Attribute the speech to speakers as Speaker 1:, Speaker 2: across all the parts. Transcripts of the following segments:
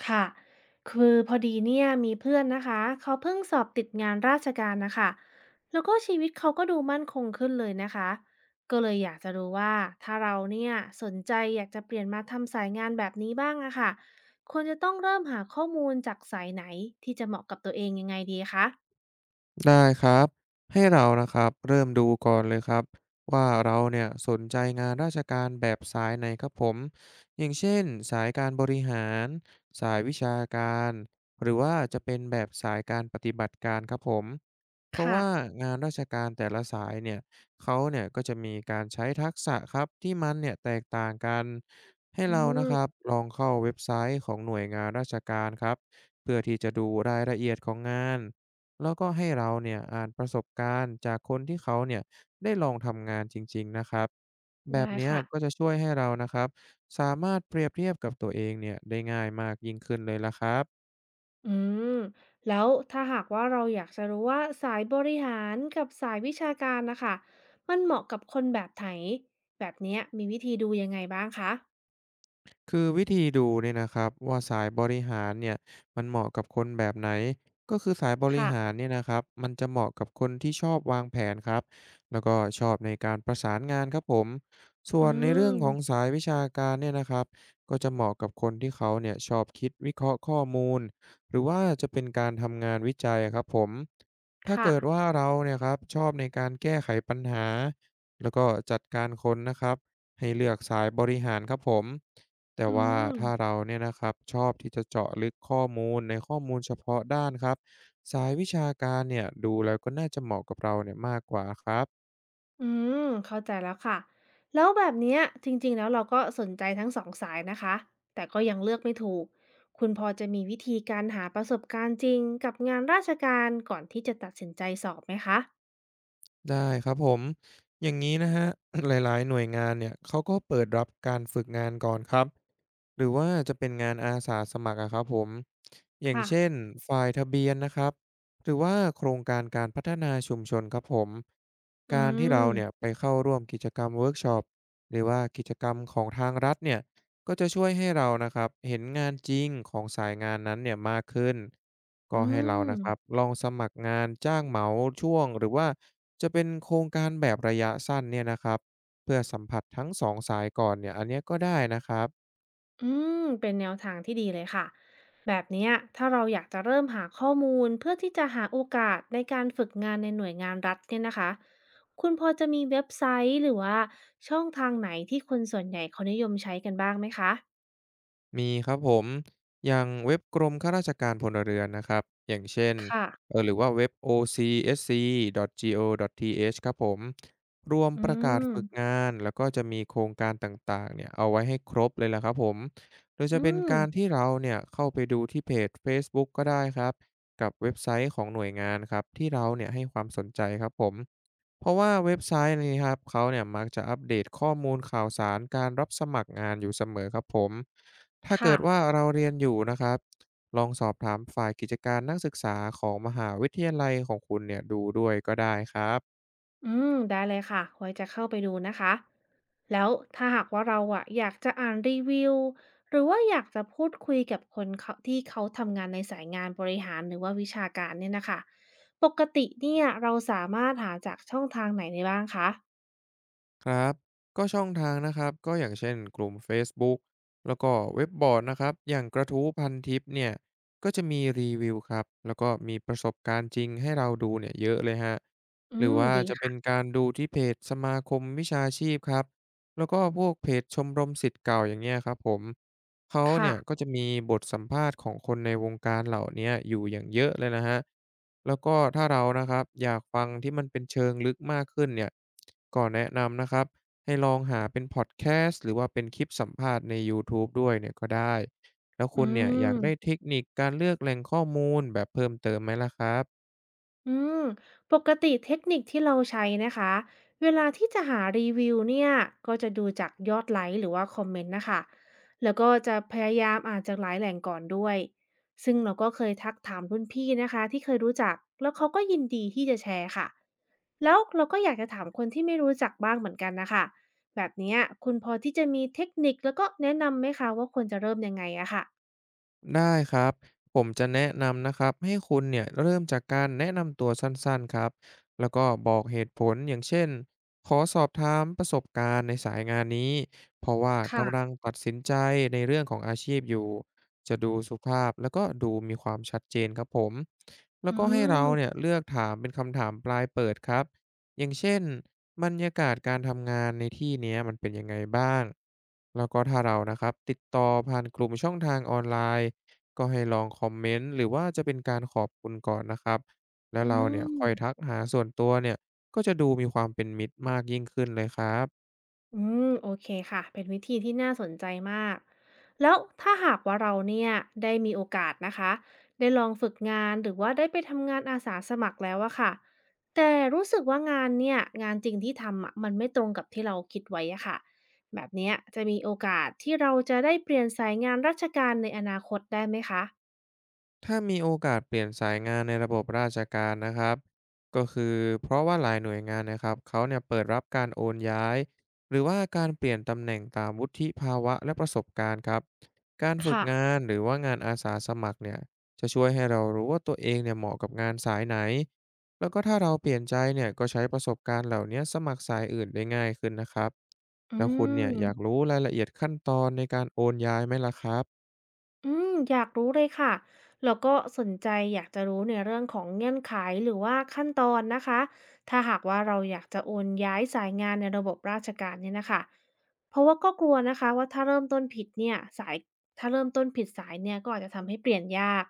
Speaker 1: ค่ะ คือพอดีเนี่ยมีเพื่อนนะคะ เขาเพิ่งสอบติดงานราชการนะคะ แล้วก็ชีวิตเขาก็ดูมั่นคงขึ้นเลยนะคะ ก็เลยอยากจะรู้ว่าถ้าเราเนี่ยสนใจอยากจะเปลี่ยนมาทำสายงานแบบนี้บ้างอะค่ะควรจะต้องเริ่มหาข้อมูลจากสายไหนที่จะเหมาะกับตัวเองยังไงดีคะ
Speaker 2: ได้ครับให้เรานะครับเริ่มดูก่อนเลยครับว่าเราเนี่ยสนใจงานราชการแบบสายไหนครับผมอย่างเช่นสายการบริหารสายวิชาการหรือว่าจะเป็นแบบสายการปฏิบัติการครับผมเพราะ
Speaker 1: ค่ะ
Speaker 2: ว่างานราชการแต่ละสายเนี่ยเขาเนี่ยก็จะมีการใช้ทักษะครับที่มันเนี่ยแตกต่างกันให้
Speaker 1: อื
Speaker 2: เรานะค
Speaker 1: ม
Speaker 2: รับลองเข้าเว็บไซต์ของหน่วยงานราชการครับเพื่อที่จะดูรายละเอียดของงาน แล้วก็ให้เราเนี่ยอ่านประสบการณ์จากคนที่เขาเนี่ยได้ลองทำงานจริงๆนะครับแบบ
Speaker 1: ได้
Speaker 2: เนี้ย
Speaker 1: ค่ะ
Speaker 2: ก็จะช่วยให้เรานะครับสามารถเปรียบเทียบกับตัวเองเนี่ยได้ง่ายมากยิ่งขึ้นเลยละครับ
Speaker 1: อืมแล้วถ้าหากว่าเราอยากจะรู้ว่าสายบริหารกับสายวิชาการนะคะมันเหมาะกับคนแบบไหนแบบเนี้ยมีวิธีดูยังไงบ้างคะ
Speaker 2: คือวิธีดูเนี่ยนะครับว่าสายบริหารเนี่ยมันเหมาะกับคนแบบไหนก็คือสายบริ
Speaker 1: ค่ะ
Speaker 2: หารเนี่ยนะครับมันจะเหมาะกับคนที่ชอบวางแผนครับแล้วก็ชอบในการประสานงานครับผมส่ว
Speaker 1: อื
Speaker 2: นในเรื่อง
Speaker 1: ม
Speaker 2: ของสายวิชาการเนี่ยนะครับก็จะเหมาะกับคนที่เขาเนี่ยชอบคิดวิเคราะห์ข้อมูลหรือว่าจะเป็นการทำงานวิจัยครับผมถ้า
Speaker 1: ค่ะ
Speaker 2: เกิดว่าเราเนี่ยครับชอบในการแก้ไขปัญหาแล้วก็จัดการคนนะครับให้เลือกสายบริหารครับผม แต่
Speaker 1: อื
Speaker 2: ว่า
Speaker 1: ม
Speaker 2: ถ้าเราเนี่ยนะครับชอบที่จะเจาะลึกข้อมูลในข้อมูลเฉพาะด้านครับสายวิชาการเนี่ยดูแล้วก็น่าจะเหมาะกับเราเนี่ยมากกว่าครับ
Speaker 1: อืมเข้าใจแล้วค่ะแล้วแบบเนี้ยจริงๆแล้วเราก็สนใจทั้งสองสายนะคะแต่ก็ยังเลือกไม่ถูกคุณพอจะมีวิธีการหาประสบการณ์จริงกับงานราชการก่อนที่จะตัดสินใจสอบไหมคะ
Speaker 2: ได้ครับผมอย่างนี้นะครับ หลายๆหน่วยงานเนี่ยเขาก็เปิดรับการฝึกงานก่อนครับหรือว่าจะเป็นงานอาสาสมัครอะครับผมอย่าง
Speaker 1: ค่ะ
Speaker 2: เช่นฝ่ายทะเบียนนะครับหรือว่าโครงการการพัฒนาชุมชนครับผม
Speaker 1: อื
Speaker 2: การที่เราเนี่ย
Speaker 1: ม
Speaker 2: ไปเข้าร่วมกิจกรรมเวิร์กช็อปหรือว่ากิจกรรมของทางรัฐเนี่ยก็จะช่วยให้เรานะครับเห็นงานจริงของสายงานนั้นเนี่ยมากขึ้น ก็
Speaker 1: อื
Speaker 2: ให้เรา
Speaker 1: ม
Speaker 2: นะครับลองสมัครงานจ้างเหมาช่วงหรือว่าจะเป็นโครงการแบบระยะสั้นเนี่ยนะครับเพื่อสัมผัสทั้ง2สายก่อนเนี่ยอันเนี้ยก็ได้นะครับ
Speaker 1: อืม เป็นแนวทางที่ดีเลยค่ะ แบบเนี้ยถ้าเราอยากจะเริ่มหาข้อมูลเพื่อที่จะหาโอกาสในการฝึกงานในหน่วยงานรัฐเนี่ยนะคะ คุณพอจะมีเว็บไซต์หรือว่าช่องทางไหนที่คนส่วนใหญ่เขานิยมใช้กันบ้างไหมคะ
Speaker 2: มีครับผมอย่างเว็บกรมข้าราชการพลเรือนนะครับอย่างเช่น
Speaker 1: ค่ะ
Speaker 2: หรือว่าเว็บ ocsc.go.th ครับผมรวม
Speaker 1: อื
Speaker 2: ประกาศ
Speaker 1: ม
Speaker 2: ฝึกงานแล้วก็จะมีโครงการต่างๆเนี่ยเอาไว้ให้ครบเลยล่ะครับผมโดยจะ
Speaker 1: อื
Speaker 2: เป็น
Speaker 1: ม
Speaker 2: การที่เราเนี่ยเข้าไปดูที่เพจเฟซบุ๊กก็ได้ครับกับเว็บไซต์ของหน่วยงานครับที่เราเนี่ยให้ความสนใจครับผม เพราะว่าเว็บไซต์นี้ครับเขาเนี่ยมักจะอัปเดตข้อมูลข่าวสารการรับสมัครงานอยู่เสมอครับผมถ้า
Speaker 1: ค่ะ
Speaker 2: เกิดว่าเราเรียนอยู่นะครับลองสอบถามฝ่ายกิจการนักศึกษาของมหาวิทยาลัยของคุณเนี่ยดูด้วยก็ได้ครับ
Speaker 1: อืมได้เลยค่ะไว้จะเข้าไปดูนะคะ แล้วถ้าหากว่าเราอะอยากจะอ่านรีวิว หรือว่าอยากจะพูดคุยกับคนเขาที่เขาทำงานในสายงานบริหารหรือว่าวิชาการเนี่ยนะคะ ปกติเนี่ยเราสามารถหาจากช่องทางไหนได้บ้างคะ
Speaker 2: ครับก็ช่องทางนะครับก็อย่างเช่นกลุ่ม Facebook แล้วก็เว็บบอร์ดนะครับอย่างกระทู้พันทิปเนี่ยก็จะมีรีวิวครับแล้วก็มีประสบการณ์จริงให้เราดูเนี่ยเยอะเลยฮะ
Speaker 1: อื
Speaker 2: หรือ
Speaker 1: ม
Speaker 2: ว่า
Speaker 1: ดี
Speaker 2: จะเป็น
Speaker 1: ค่ะ
Speaker 2: การดูที่เพจสมาคมวิชาชีพครับแล้วก็พวกเพจชมรมศิทธย์เก่าอย่างเงี้ยครับผม เขา
Speaker 1: ค่ะ
Speaker 2: เนี่ยก็จะมีบทสัมภาษณ์ของคนในวงการเหล่าเนี้ยอยู่อย่างเยอะเลยนะครับแล้วก็ถ้าเรานะครับอยากฟังที่มันเป็นเชิงลึกมากขึ้นเนี่ยก็แนะนำนะครับให้ลองหาเป็นพอดแคสต์หรือว่าเป็นคลิปสัมภาษณ์ใน YouTube ด้วยเนี่ยก็ได้ แล้ว
Speaker 1: อื
Speaker 2: คุณเนี่ยอยากได้เท
Speaker 1: ม
Speaker 2: คนิคการเลือกแหล่งข้อมูลแบบเพิ่มเติมไหมล่ะครับ
Speaker 1: อืมปกติเทคนิคที่เราใช้นะคะเวลาที่จะหารีวิวเนี่ยก็จะดูจากยอดไลค์หรือว่าคอมเมนต์นะคะแล้วก็จะพยายามอ่านจากหลายแหล่งก่อนด้วยซึ่งเราก็เคยทักถามรุ่นพี่นะคะที่เคยรู้จักแล้วเขาก็ยินดีที่จะแชร์ค่ะแล้วเราก็อยากจะถามคนที่ไม่รู้จักบ้างเหมือนกันนะคะแบบเนี้ยคุณพอที่จะมีเทคนิคแล้วก็แนะนำไหมคะว่าควรจะเริ่มยังไงอะค่ะ
Speaker 2: ได้ครับผมจะแนะนำนะครับให้คุณเนี่ยเริ่มจากการแนะนำตัวสั้นๆครับแล้วก็บอกเหตุผลอย่างเช่นขอสอบถามประสบการณ์ในสายงานนี้เพราะว่ากำลัง
Speaker 1: ค่ะ
Speaker 2: ตัดสินใจในเรื่องของอาชีพอยู่จะดูสุภาพแล้วก็ดูมีความชัดเจนครับผมแล้ว
Speaker 1: อื
Speaker 2: ก็ให้เราเนี่ย
Speaker 1: ม
Speaker 2: เลือกถามเป็นคำถามปลายเปิดครับอย่างเช่นบรรยากาศการทำงานในที่เนี้ยมันเป็นยังไงบ้างแล้วก็ถ้าเรานะครับติดต่อผ่านกลุ่มช่องทางออนไลน์ ก็ให้ลองคอมเมนต์หรือว่าจะเป็นการขอบคุณก่อนนะครับแล้ว
Speaker 1: อื
Speaker 2: เราเนี่ยค่อย
Speaker 1: ม
Speaker 2: ทักหาส่วนตัวเนี่ยก็จะดูมีความเป็นมิตรมากยิ่งขึ้นเลยครับ
Speaker 1: อืมโอเคค่ะเป็นวิธีที่น่าสนใจมากแล้วถ้าหากว่าเราเนี่ยได้มีโอกาสนะคะได้ลองฝึกงานหรือว่าได้ไปทำงานอาสาสมัครแล้วอะค่ะแต่รู้สึกว่างานเนี่ยงานจริงที่ทำอะมันไม่ตรงกับที่เราคิดไว้อะค่ะแบบเนี้ยจะมีโอกาสที่เราจะได้เปลี่ยนสายงานราชการในอนาคตได้ไหมคะ
Speaker 2: ถ้ามีโอกาสเปลี่ยนสายงานในระบบราชการนะครับก็คือเพราะว่าหลายหน่วยงานนะครับเขาเนี่ยเปิดรับการโอนย้ายหรือว่าการเปลี่ยนตำแหน่งตามวุฒิภาวะและประสบการณ์ครับการฝึก
Speaker 1: ค่ะ
Speaker 2: งานหรือว่างานอาสาสมัครเนี่ยจะช่วยให้เรารู้ว่าตัวเองเนี่ยเหมาะกับงานสายไหนแล้วก็ถ้าเราเปลี่ยนใจเนี่ยก็ใช้ประสบการณ์เหล่านี้สมัครสายอื่นได้ง่ายขึ้นนะครับ
Speaker 1: อื
Speaker 2: แล้วคุณเนี่ยอยาก
Speaker 1: ม
Speaker 2: รู้รายละเอียดขั้นตอนในการโอนย้ายไหมล่ะครับ
Speaker 1: อืมอยากรู้เลยค่ะ แล้วก็สนใจอยากจะรู้ในเรื่องของเงื่อนไขหรือว่าขั้นตอนนะคะ ถ้าหากว่าเราอยากจะโอนย้ายสายงานในระบบราชการเนี่ยนะคะ เพราะว่าก็กลัวนะคะว่าถ้าเริ่มต้นผิดเนี่ยสายถ้าเริ่มต้นผิดสายเนี่ยก็อาจจะทำให้เปลี่ยนยาก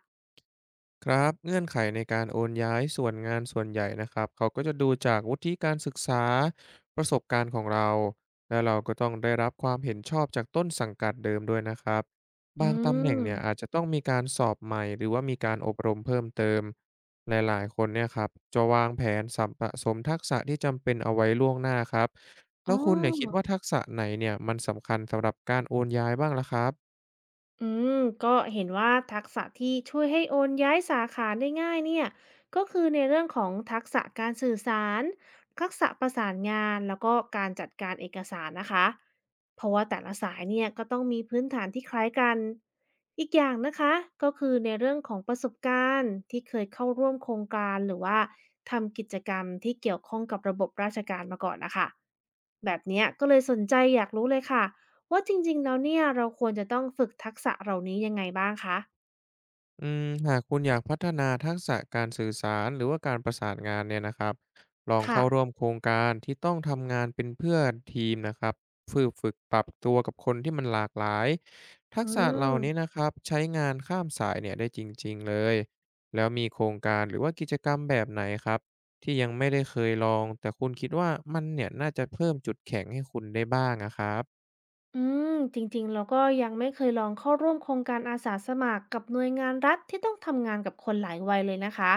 Speaker 2: ครับเงื่อนไขในการโอนย้ายส่วนงานส่วนใหญ่นะครับเขาก็จะดูจากวุฒิการศึกษาประสบการณ์ของเราและเราก็ต้องได้รับความเห็นชอบจากต้นสังกัดเดิมด้วยนะครับ
Speaker 1: อื
Speaker 2: บางตำแหน่ง
Speaker 1: ม
Speaker 2: เนี่ยอาจจะต้องมีการสอบใหม่หรือว่ามีการอบรมเพิ่มเติมหลายๆคนเนี่ยครับจะวางแผนสัมปะสมทักษะที่จำเป็นเอาไว้ล่วงหน้าครับ
Speaker 1: อ๋
Speaker 2: แล้วคุณเนี่ยคิดว่า
Speaker 1: อ
Speaker 2: ทักษะไหนเนี่ยมันสำคัญสำหรับการโอนย้ายบ้างล่ะครับ
Speaker 1: อืมก็เห็นว่าทักษะที่ช่วยให้โอนย้ายสาขาได้ง่ายเนี่ยก็คือในเรื่องของทักษะการสื่อสารทักษะประสานงานแล้วก็การจัดการเอกสารนะคะเพราะว่าแต่ละสายเนี่ยก็ต้องมีพื้นฐานที่คล้ายกันอีกอย่างนะคะก็คือในเรื่องของประสบการณ์ที่เคยเข้าร่วมโครงการหรือว่าทำกิจกรรมที่เกี่ยวข้องกับระบบราชการมาก่อนนะคะแบบเนี้ยก็เลยสนใจอยากรู้เลยค่ะ ว่าจริงๆแล้วเนี่ยเราควรจะต้องฝึกทักษะเหล่านี้ยังไงบ้างคะ
Speaker 2: อืมหากคุณอยากพัฒนาทักษะการสื่อสารหรือว่าการประสานงานเนี่ยนะครับลอง
Speaker 1: ค่ะ
Speaker 2: เข้าร่วมโครงการที่ต้องทำงานเป็นเพื่อนทีมนะครับฝึกปรับตัวกับคนที่มันหลากหลายทั
Speaker 1: อื
Speaker 2: กษะเหล่านี้
Speaker 1: ม
Speaker 2: นะครับใช้งานข้ามสายเนี่ยได้จริงๆเลยแล้วมีโครงการหรือว่ากิจกรรมแบบไหนครับที่ยังไม่ได้เคยลองแต่คุณคิดว่ามันเนี่ยน่าจะเพิ่มจุดแข็งให้คุณได้บ้างนะครับ
Speaker 1: อืมจริงๆเราก็ยังไม่เคยลองเข้าร่วมโครงการอาสาสมัครกับหน่วยงานรัฐที่ต้องทำงานกับคนหลายวัยเลยนะคะ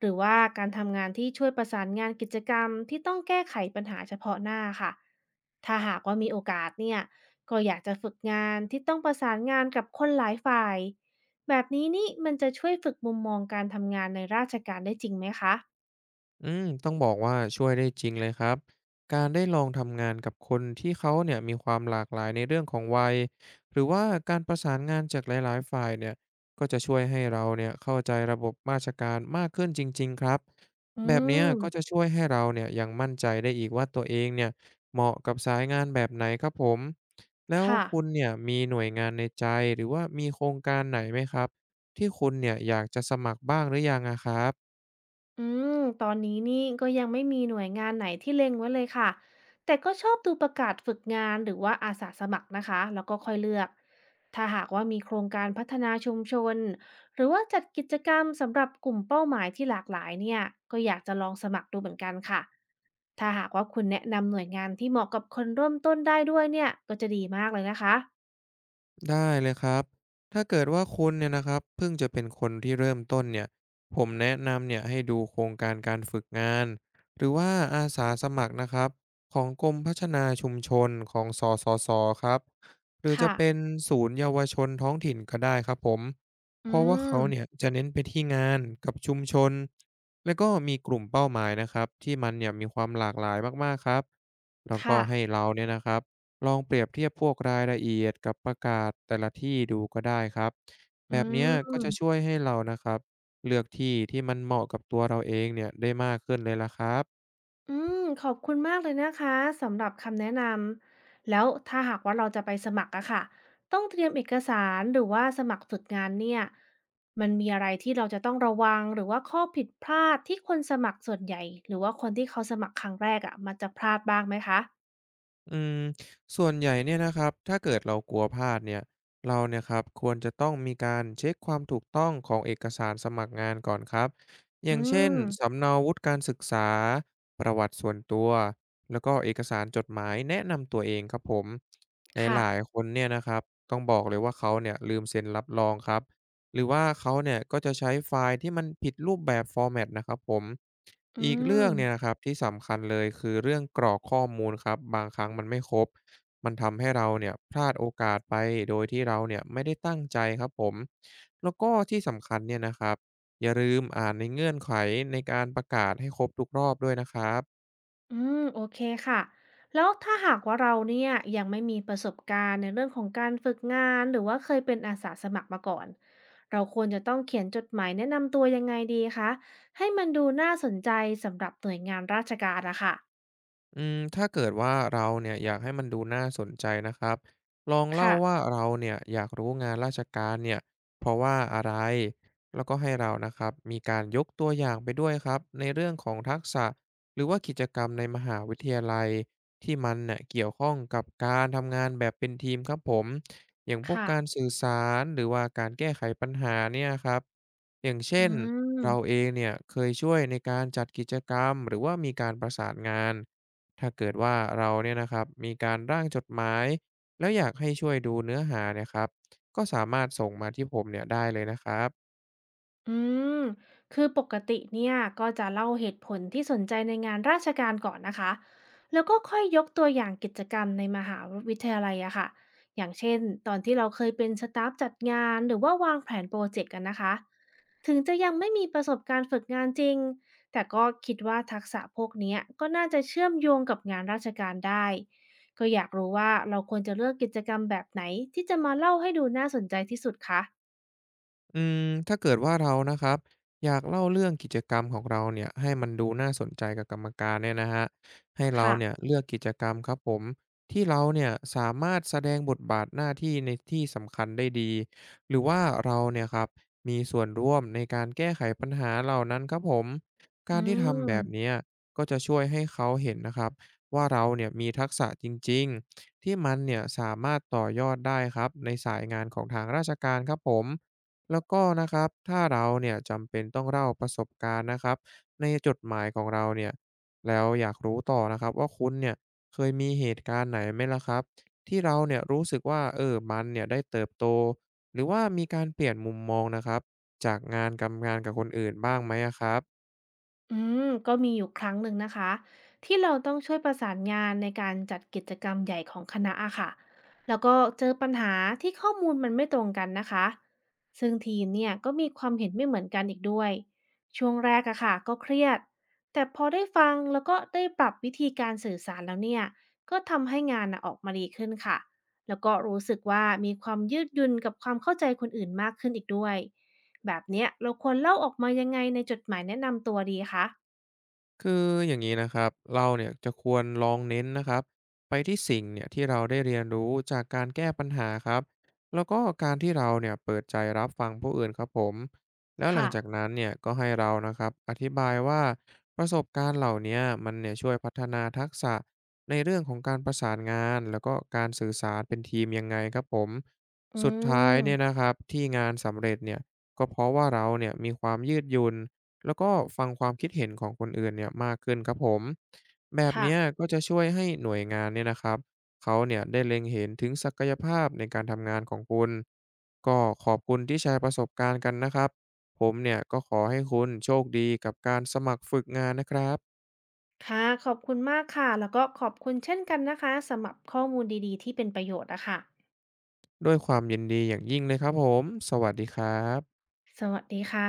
Speaker 1: หรือว่าการทำงานที่ช่วยประสานงานกิจกรรมที่ต้องแก้ไขปัญหาเฉพาะหน้าค่ะถ้าหากว่ามีโอกาสเนี่ยก็อยากจะฝึกงานที่ต้องประสานงานกับคนหลายฝ่ายแบบนี้นี่มันจะช่วยฝึกมุมมองการทำงานในราชการได้จริงไหมคะ
Speaker 2: อืมต้องบอกว่าช่วยได้จริงเลยครับการได้ลองทำงานกับคนที่เขาเนี่ยมีความหลากหลายในเรื่องของวัยหรือว่าการประสานงานจากหลายๆฝ่ายเนี่ยก็จะช่วยให้เราเนี่ยเข้าใจระบบราชการมากขึ้นจริงๆครับ
Speaker 1: อื
Speaker 2: แบบเนี้ย
Speaker 1: ม
Speaker 2: ก็จะช่วยให้เราเนี่ยยังมั่นใจได้อีกว่าตัวเองเนี่ยเหมาะกับสายงานแบบไหนครับผมแล้ว
Speaker 1: ค่ะ
Speaker 2: คุณเนี่ยมีหน่วยงานในใจหรือว่ามีโครงการไหนไหมครับที่คุณเนี่ยอยากจะสมัครบ้างหรือยังอะครับ
Speaker 1: อืมตอนนี้นี่ก็ยังไม่มีหน่วยงานไหนที่เล็งไว้เลยค่ะแต่ก็ชอบดูประกาศฝึกงานหรือว่าอาสาสมัครนะคะแล้วก็ค่อยเลือกถ้าหากว่ามีโครงการพัฒนาชุมชนหรือว่าจัดกิจกรรมสำหรับกลุ่มเป้าหมายที่หลากหลายเนี่ยก็อยากจะลองสมัครดูเหมือนกันค่ะถ้าหากว่าคุณแนะนำหน่วยงานที่เหมาะกับคนเริ่มต้นได้ด้วยเนี่ยก็จะดีมากเลยนะคะ
Speaker 2: ได้เลยครับถ้าเกิดว่าคุณเนี่ยนะครับเพิ่งจะเป็นคนที่เริ่มต้นเนี่ยผมแนะนำเนี่ยให้ดูโครงการการฝึกงาน หรือว่าอาสาสมัครนะครับของกรมพัฒนาชุมชนของสสสครับหรือจะ
Speaker 1: ค่ะ
Speaker 2: เป็นศูนย์เยาวชนท้องถิ่นก็ได้ครับผม
Speaker 1: อื
Speaker 2: เพราะว่าเขาเนี่ย
Speaker 1: ม
Speaker 2: จะเน้นไปที่งานกับชุมชนแล้วก็มีกลุ่มเป้าหมายนะครับที่มันเนี่ยมีความหลากหลายมากๆครับแล้วก็
Speaker 1: ค่ะ
Speaker 2: ให้เราเนี่ยนะครับ ลองเปรียบเทียบพวกรายละเอียดกับประกาศแต่ละที่ดูก็ได้ครับ
Speaker 1: อื
Speaker 2: แบบเนี้ยก็จะช่
Speaker 1: ม
Speaker 2: วยให้เรานะครับเลือกที่ที่มันเหมาะกับตัวเราเองเนี่ยได้มากขึ้นเลยละครับ
Speaker 1: อืมขอบคุณมากเลยนะคะสำหรับคำแนะนำแล้วถ้าหากว่าเราจะไปสมัครอะค่ะต้องเตรียมเอกสารหรือว่าสมัครฝึกงานเนี่ยมันมีอะไรที่เราจะต้องระวังหรือว่าข้อผิดพลาดที่คนสมัครส่วนใหญ่หรือว่าคนที่เขาสมัครครั้งแรกอะมันจะพลาดบ้างไหมคะ
Speaker 2: อืมส่วนใหญ่เนี่ยนะครับถ้าเกิดเรากลัวพลาดเนี่ยเราเนี่ยครับควรจะต้องมีการเช็คความถูกต้องของเอกสารสมัครงานก่อนครับอ
Speaker 1: อื
Speaker 2: ย่างเช่น
Speaker 1: ม
Speaker 2: สำเนาวุฒิการศึกษา ประวัติส่วนตัว แล้วก็เอกสารจดหมายแนะนำตัวเองครับผมห
Speaker 1: ค่ะ
Speaker 2: ลายๆคนเนี่ยนะครับต้องบอกเลยว่าเขาเนี่ยลืมเซ็นรับรองครับหรือว่าเขาเนี่ยก็จะใช้ไฟล์ที่มันผิดรูปแบบฟอร์แมตนะครับผม
Speaker 1: อื
Speaker 2: อีกเรื่
Speaker 1: ม
Speaker 2: องเนี่ยนะครับที่สำคัญเลยคือเรื่องกรอกข้อมูลครับบางครั้งมันไม่ครบมันทำให้เราเนี่ยพลาดโอกาสไปโดยที่เราเนี่ยไม่ได้ตั้งใจครับผมแล้วก็ที่สำคัญเนี่ยนะครับอย่าลืมอ่านในเงื่อนไขในการประกาศให้ครบทุกรอบด้วยนะครับ
Speaker 1: อืมโอเคค่ะแล้วถ้าหากว่าเราเนี่ยยังไม่มีประสบการณ์ในเรื่องของการฝึกงานหรือว่าเคยเป็นอาสาสมัครมาก่อนเราควรจะต้องเขียนจดหมายแนะนำตัวยังไงดีคะให้มันดูน่าสนใจสำหรับหน่วยงานราชการอะค่ะ
Speaker 2: อืมถ้าเกิดว่าเราเนี่ยอยากให้มันดูน่าสนใจนะครับลองเล่า
Speaker 1: ค่ะ
Speaker 2: ว่าเราเนี่ยอยากรู้งานราชการเนี่ยเพราะว่าอะไรแล้วก็ให้เรานะครับมีการยกตัวอย่างไปด้วยครับในเรื่องของทักษะหรือว่ากิจกรรมในมหาวิทยาลัยที่มันเนี่ยเกี่ยวข้องกับการทำงานแบบเป็นทีมครับผมอย่างพวก
Speaker 1: ค่ะ
Speaker 2: การสื่อสารหรือว่าการแก้ไขปัญหาเนี่ยครับอย่าง
Speaker 1: อื
Speaker 2: เช่นเราเอ
Speaker 1: ม
Speaker 2: งเนี่ยเคยช่วยในการจัดกิจกรรมหรือว่ามีการประสานงาน ถ้าเกิดว่าเราเนี่ยนะครับมีการร่างจดหมายแล้วอยากให้ช่วยดูเนื้อหาเนี่ยครับก็สามารถส่งมาที่ผมเนี่ยได้เลยนะครับ
Speaker 1: อืมคือปกติเนี่ยก็จะเล่าเหตุผลที่สนใจในงานราชการก่อนนะคะแล้วก็ค่อยยกตัวอย่างกิจกรรมในมหาวิทยาลัยอะค่ะอย่างเช่นตอนที่เราเคยเป็นสตาฟจัดงานหรือว่าวางแผนโปรเจกต์กันนะคะถึงจะยังไม่มีประสบการณ์ฝึกงานจริงแต่ก็คิดว่าทักษะพวกเนี้ยก็น่าจะเชื่อมโยงกับงานราชการได้ก็อยากรู้ว่าเราควรจะเลือกกิจกรรมแบบไหนที่จะมาเล่าให้ดูน่าสนใจที่สุดคะ
Speaker 2: อืมถ้าเกิดว่าเรานะครับอยากเล่าเรื่องกิจกรรมของเราเนี่ยให้มันดูน่าสนใจกับกรรมการเนี่ยนะฮะให้เรา
Speaker 1: ค่ะ
Speaker 2: เนี่ยเลือกกิจกรรมครับผมที่เราเนี่ยสามารถแสดงบทบาทหน้าที่ในที่สำคัญได้ดีหรือว่าเราเนี่ยครับมีส่วนร่วมในการแก้ไขปัญหาเหล่านั้นครับผม
Speaker 1: อื
Speaker 2: การที่ทำแบบ
Speaker 1: ม
Speaker 2: เนี้ยก็จะช่วยให้เขาเห็นนะครับว่าเราเนี่ยมีทักษะจริงๆที่มันเนี่ยสามารถต่อยอดได้ครับในสายงานของทางราชการครับผม แล้วก็นะครับถ้าเราเนี่ยจำเป็นต้องเล่าประสบการณ์นะครับ ในจดหมายของเราเนี่ยแล้วอยากรู้ต่อนะครับว่าคุณเนี่ยเคยมีเหตุการณ์ไหนไหมล่ะครับที่เราเนี่ยรู้สึกว่าเออมันเนี่ยได้เติบโตหรือว่ามีการเปลี่ยนมุมมองนะครับจากงานกับงานกับคนอื่นบ้างไหมอะครับ
Speaker 1: อืมก็มีอยู่ครั้งหนึ่งนะคะที่เราต้องช่วยประสานงานในการจัดกิจกรรมใหญ่ของคณะอะค่ะแล้วก็เจอปัญหาที่ข้อมูลมันไม่ตรงกันนะคะซึ่งทีมเนี่ยก็มีความเห็นไม่เหมือนกันอีกด้วยช่วงแรกอะค่ะก็เครียดแต่พอได้ฟังแล้วก็ได้ปรับวิธีการสื่อสารแล้วเนี่ยก็ทำให้งานนะออกมาดีขึ้นค่ะแล้วก็รู้สึกว่ามีความยืดหยุ่นกับความเข้าใจคนอื่นมากขึ้นอีกด้วยแบบเนี้ยเราควรเล่าออกมายังไงในจดหมายแนะนำตัวดีคะ
Speaker 2: คืออย่างนี้นะครับเราเนี่ยจะควรลองเน้นนะครับไปที่สิ่งเนี่ยที่เราได้เรียนรู้จากการแก้ปัญหาครับแล้วก็การที่เราเนี่ยเปิดใจรับฟังผู้อื่นครับผมแล้วหลั
Speaker 1: ค่ะ
Speaker 2: งจากนั้นเนี่ยก็ให้เรานะครับอธิบายว่าประสบการณ์เหล่าเนี้ยมันเนี่ยช่วยพัฒนาทักษะในเรื่องของการประสานงานแล้วก็การสื่อสารเป็นทีมยังไงครับผม
Speaker 1: อื
Speaker 2: สุดท้าย
Speaker 1: ม
Speaker 2: เนี่ยนะครับที่งานสำเร็จเนี่ยก็เพราะว่าเราเนี่ยมีความยืดหยุ่น แล้วก็ฟังความคิดเห็นของคนอื่นเนี่ยมากขึ้นครับผมแบบ
Speaker 1: ค่ะ
Speaker 2: เนี้ยก็จะช่วยให้หน่วยงานเนี่ยนะครับเขาเนี่ยได้เล็งเห็นถึงศักยภาพในการทำงานของคุณก็ขอบคุณที่แชร์ประสบการณ์กันนะครับผมเนี่ยก็ขอให้คุณโชคดีกับการสมัครฝึกงานนะครับ
Speaker 1: ค่ะ ขอบคุณมากค่ะ แล้วก็ขอบคุณเช่นกันนะคะสำหรับข้อมูลดีๆที่เป็นประโยชน์นะคะ
Speaker 2: ด้วยความยินดีอย่างยิ่งเลยครับผมสวัสดีครับ
Speaker 1: สวัสดีค่ะ